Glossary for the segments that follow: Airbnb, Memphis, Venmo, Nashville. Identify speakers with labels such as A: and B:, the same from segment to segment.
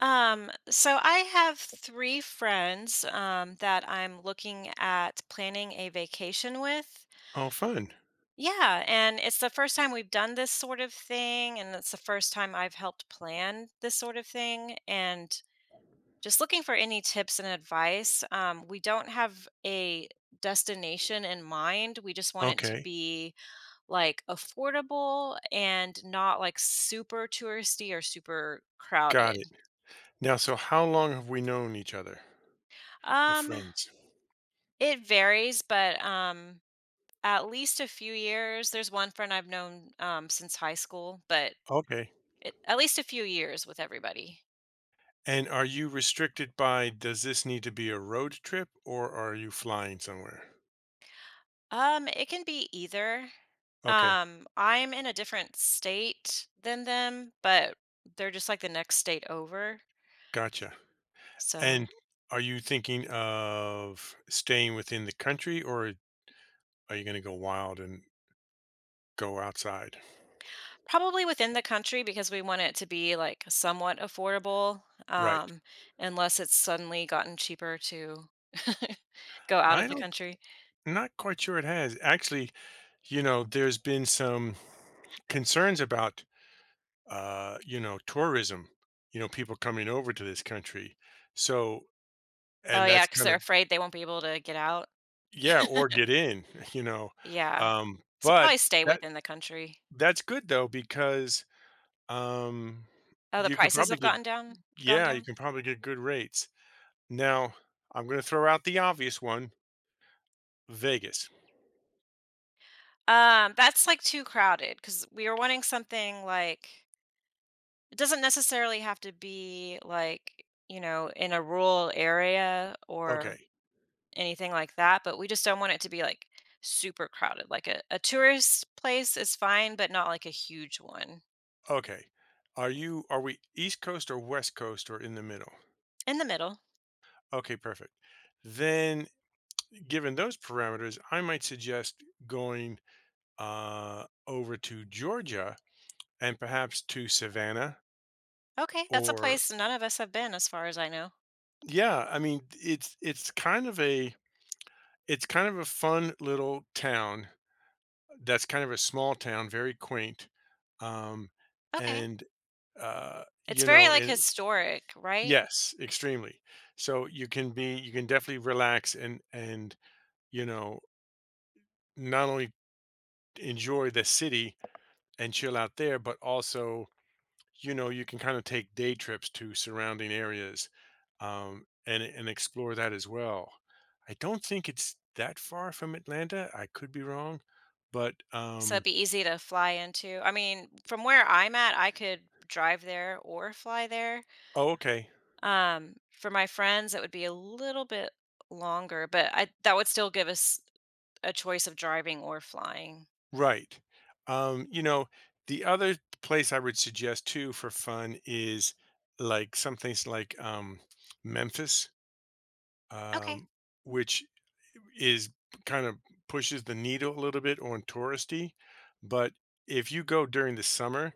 A: So I have three friends that I'm looking at planning a vacation with.
B: Oh, fun.
A: Yeah, and it's the first time we've done this sort of thing, and it's the first time I've helped plan this sort of thing. And just looking for any tips and advice. We don't have a destination in mind. We just want it to
B: Okay,
A: be like affordable and not like super touristy or super
B: got
A: crowded.
B: it. Now, so how long have we known each other? The
A: Um,
B: friends.
A: It varies, but, at least a few years. There's one friend I've known, since high school, but
B: Okay.
A: it at least a few years with everybody.
B: And are you restricted by does this need to be a road trip or are you flying somewhere?
A: It can be either.
B: Okay,
A: I'm in a different state than them, but they're just, like, the next state over,
B: gotcha. And
A: so
B: are you thinking of staying within the country or are you going to go wild and go outside?
A: probably within the country because we want it to be, like, somewhat affordable,
B: Right.
A: um, unless it's suddenly gotten cheaper to go out
B: I
A: of the
B: don't,
A: country.
B: Not quite sure it has. Actually, there's been some concerns about tourism, people coming over to this country. So,
A: Oh,
B: and
A: yeah,
B: that's
A: because 'cause
B: kind
A: they're
B: of
A: afraid they won't be able to get out.
B: yeah, or get in, you know.
A: Yeah. So
B: But
A: probably stay
B: that
A: within the country.
B: that's good though because um,
A: Oh, the
B: you could
A: prices
B: probably
A: have
B: get
A: gotten down gone
B: yeah, you
A: down?
B: can probably get good rates. Now, I'm going to throw out the obvious one. Vegas.
A: That's, like, too crowded. Because we were wanting something, like it doesn't necessarily have to be, like, you know, in a rural area or
B: Okay.
A: anything like that, but we just don't want it to be, like, super crowded. Like, a tourist place is fine, but not, like, a huge one.
B: Okay. Are we East Coast or West Coast or in the middle?
A: In the middle.
B: Okay, perfect. Then, given those parameters, I might suggest going over to Georgia and perhaps to Savannah.
A: Okay, that's a
B: Or
A: place none of us have been as far as I know.
B: yeah, I mean, it's kind of a It's kind of a fun little town that's kind of a small town, very quaint, um,
A: Okay.
B: and,
A: It's very, like,
B: and
A: historic, right?
B: Yes, extremely. So you can definitely relax and you know, not only enjoy the city and chill out there, but also, you can kinda take day trips to surrounding areas, and explore that as well. I don't think it's that far from Atlanta, I could be wrong, but,
A: So it'd be easy to fly into. I mean, from where I'm at, I could drive there or fly there.
B: Oh, okay.
A: For my friends, it would be a little bit longer, but I that would still give us a choice of driving or flying.
B: Right. Um, you know, the other place I would suggest too for fun is like some things like Memphis,
A: Okay.
B: um, which is kind of pushes the needle a little bit on touristy. But if you go during the summer,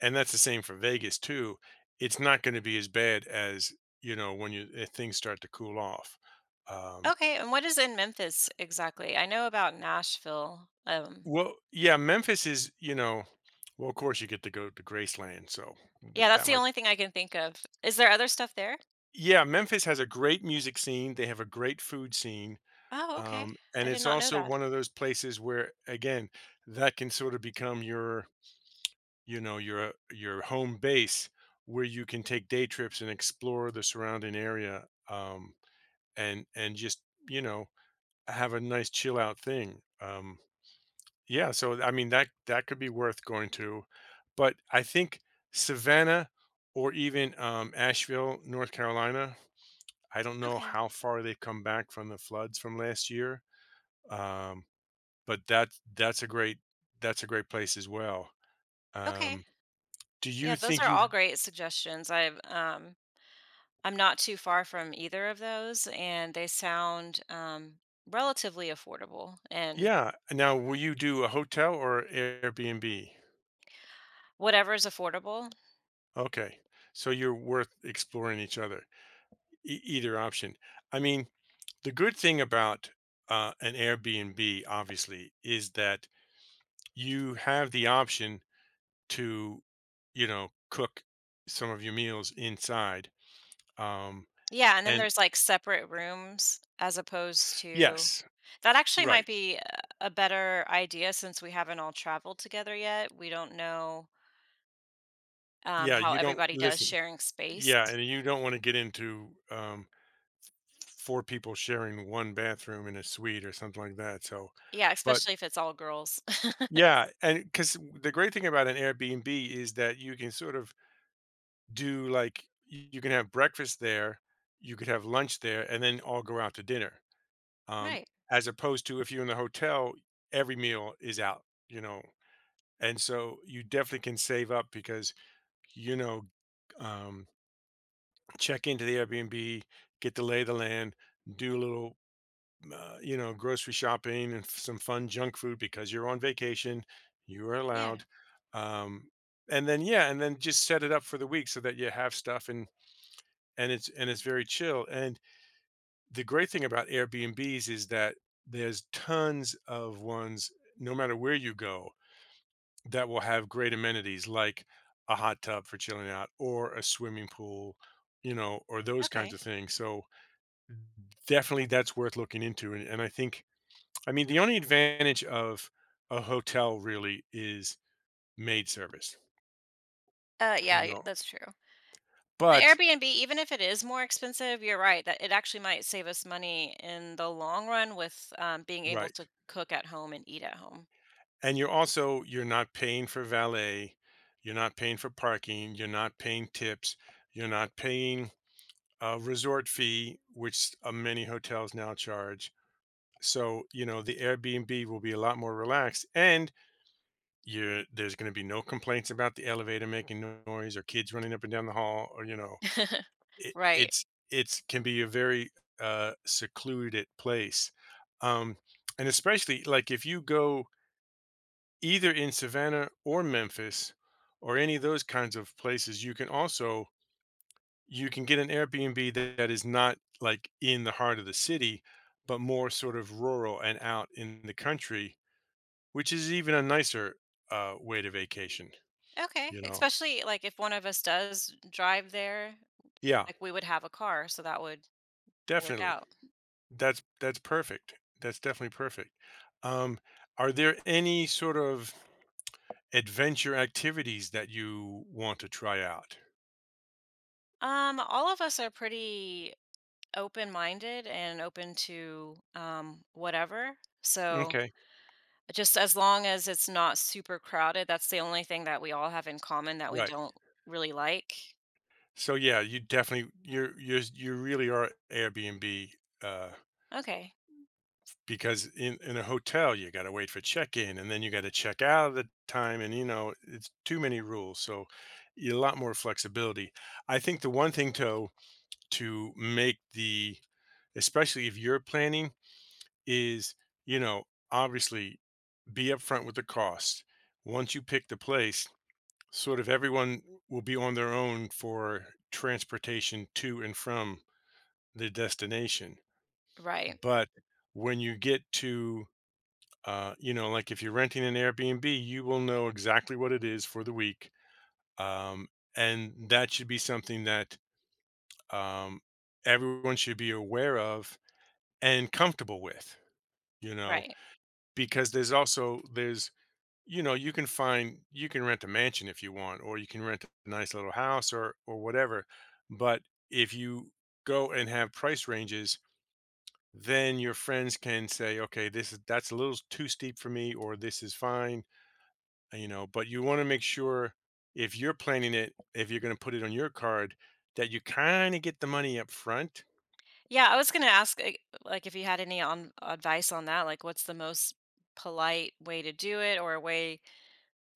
B: and that's the same for Vegas too, it's not going to be as bad as when you if things start to cool off. Um,
A: Okay, and what is in Memphis exactly? I know about Nashville.
B: Well, yeah, Memphis is, well, of course, you get to go to Graceland, so th
A: Yeah, that's
B: that
A: the
B: might
A: only thing I can think of. Is there other stuff there?
B: Yeah, Memphis has a great music scene, they have a great food scene,
A: Oh, okay.
B: and
A: I did
B: it's
A: not know
B: also
A: that.
B: one of those places where, again, that can sort of become your home base where you can take day trips and explore the surrounding area, and just, you know, have a nice chill out thing, Yeah, so I mean that could be worth going to, but I think Savannah or even Asheville, North Carolina. I don't know
A: Okay.
B: how far they've come back from the floods from last year, um, but that's a great that's a great place as well.
A: Okay.
B: Um, do you
A: Yeah, those
B: think
A: are
B: you?
A: all great suggestions. I've, I'm not too far from either of those, and they sound, relatively affordable and
B: Yeah. Now, will you do a hotel or Airbnb?
A: whatever is affordable.
B: Okay, so you're worth exploring each other. Either option. I mean, the good thing about an Airbnb, obviously, is that you have the option to, cook some of your meals inside. Um,
A: Yeah, and then
B: and
A: there's, like, separate rooms as opposed to
B: yes,
A: that actually might
B: right.
A: be a better idea since we haven't all traveled together yet. We don't know,
B: Yeah,
A: how
B: you don't
A: everybody does
B: listen.
A: sharing space.
B: Yeah, and you don't want to get into four people sharing one bathroom in a suite or something like that. So,
A: Yeah,
B: but
A: especially if it's all girls.
B: yeah, and because the great thing about an Airbnb is that you can sort of do like you can have breakfast there, you could have lunch there, and then all go out to dinner. Um,
A: Right.
B: as opposed to if you're in the hotel, every meal is out, you know. And so you definitely can save up because you know, um, check into the Airbnb, get the lay of the land, do a little, grocery shopping and some fun junk food because you're on vacation, you are
A: Yeah.
B: allowed. Um, and then yeah, and then just set it up for the week so that you have stuff and it's very chill. And the great thing about Airbnbs is that there's tons of ones, no matter where you go, that will have great amenities like a hot tub for chilling out or a swimming pool, or those kinds
A: Okay.
B: of things. So definitely that's worth looking into. And I think, I mean, the only advantage of a hotel really is maid service, you
A: Yeah,
B: know,
A: that's true. The
B: but
A: Airbnb, even if it is more expensive, you're right that it actually might save us money in the long run with, being able
B: right.
A: to cook at home and eat at home.
B: And you're also you're not paying for valet, you're not paying for parking, you're not paying tips, you're not paying a resort fee which many hotels now charge. So the airbnb will be a lot more relaxed, and you're there's going to be no complaints about the elevator making noise or kids running up and down the hall or
A: Right.
B: it's can be a very secluded place um and especially like if you go either in Savannah or Memphis or any of those kinds of places, you can also you can get an Airbnb that is not like in the heart of the city, but more sort of rural and out in the country, which is even a nicer way to vacation.
A: Okay.
B: You know,
A: Especially, like, if one of us does drive there,
B: yeah,
A: like, we would have a car, so that would work
B: definitely.
A: out.
B: That's perfect. That's definitely perfect. Um, are there any sort of adventure activities that you want to try out?
A: All of us are pretty open-minded and open to, whatever. So,
B: Okay,
A: just as long as it's not super crowded, that's the only thing that we all have in common that we
B: right.
A: don't really like.
B: So yeah, you really are Airbnb uh
A: Okay.
B: because in a hotel you got to wait for check-in, and then you got to check out at the time, and you know it's too many rules. So a lot more flexibility. I think the one thing to make the especially if you're planning is you know obviously be upfront with the cost. Once you pick the place, sort of everyone will be on their own for transportation to and from the destination.
A: Right.
B: But when you get to, like if you're renting an Airbnb, you will know exactly what it is for the week. Um, and that should be something that um, everyone should be aware of and comfortable with, you know,
A: Right.
B: because there's there's, you can rent a mansion if you want, or you can rent a nice little house or, whatever. But if you go and have price ranges, then your friends can say, okay, this is that's a little too steep for me, or this is fine. But you want to make sure if you're planning it, if you're going to put it on your card, that you kind of get the money up front,
A: Yeah, I was gonna ask, like, if you had any on advice on that, like, what's the most polite way to do it, or a way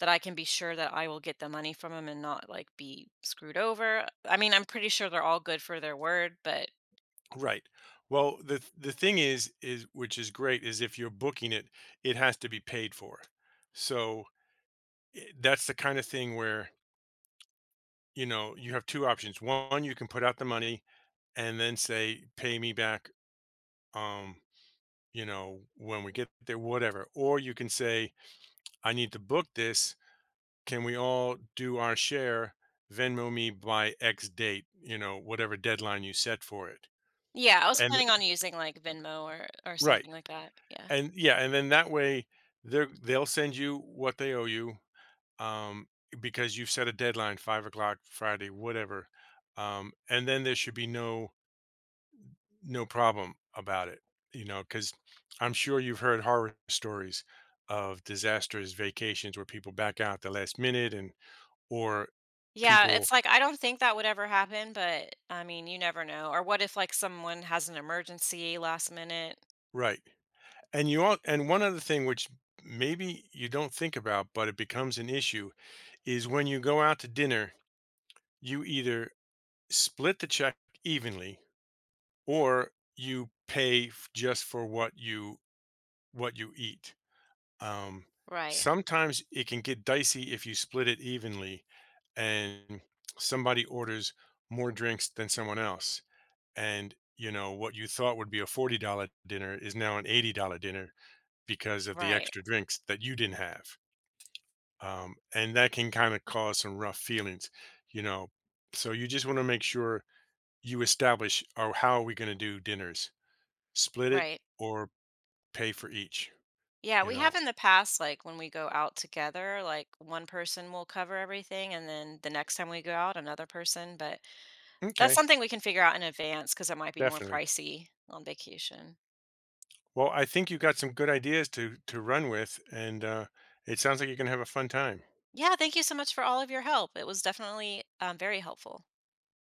A: that I can be sure that I will get the money from them and not, like, be screwed over? I mean, I'm pretty sure they're all good for their word, but
B: right? Well, the thing is which is great, is if you're booking it, it has to be paid for. So that's the kind of thing where you have two options. One, you can put out the money and then say, pay me back. Um, when we get there, whatever. Or you can say, I need to book this. Can we all do our share? Venmo me by X date, whatever deadline you set for it.
A: yeah, I was
B: And
A: planning on using, like, Venmo or
B: right.
A: something like that. Yeah.
B: And yeah, and then that way they'll send you what they owe you. Um, because you've set a deadline, 5 o'clock, Friday, whatever. And then there should be no problem about it, because I'm sure you've heard horror stories of disastrous vacations where people back out at the last minute and or
A: Yeah,
B: people
A: it's like, I don't think that would ever happen, but, I mean, you never know. Or what if, like, someone has an emergency last minute?
B: right. And you all and one other thing, which maybe you don't think about, but it becomes an issue, is when you go out to dinner, you either split the check evenly or you pay just for what you eat Um,
A: Right.
B: Sometimes it can get dicey if you split it evenly and somebody orders more drinks than someone else. And, what you thought would be a $40 dinner is now an $80 dinner because of the
A: Right.
B: extra drinks that you didn't have. And that can kind of cause some rough feelings, you know. So you just want to make sure you establish or how are we going to do dinners? Split it
A: Right.
B: or pay for each,
A: Yeah,
B: you
A: we have
B: know.
A: in the past, like when we go out together, like one person will cover everything, and then the next time we go out, another person. But that's
B: Okay,
A: something we can figure out in advance because it might be more
B: definitely.
A: pricey on vacation.
B: Well, I think you got some good ideas to run with, and it sounds like you're gonna have a fun time.
A: Yeah, thank you so much for all of your help. It was definitely very helpful.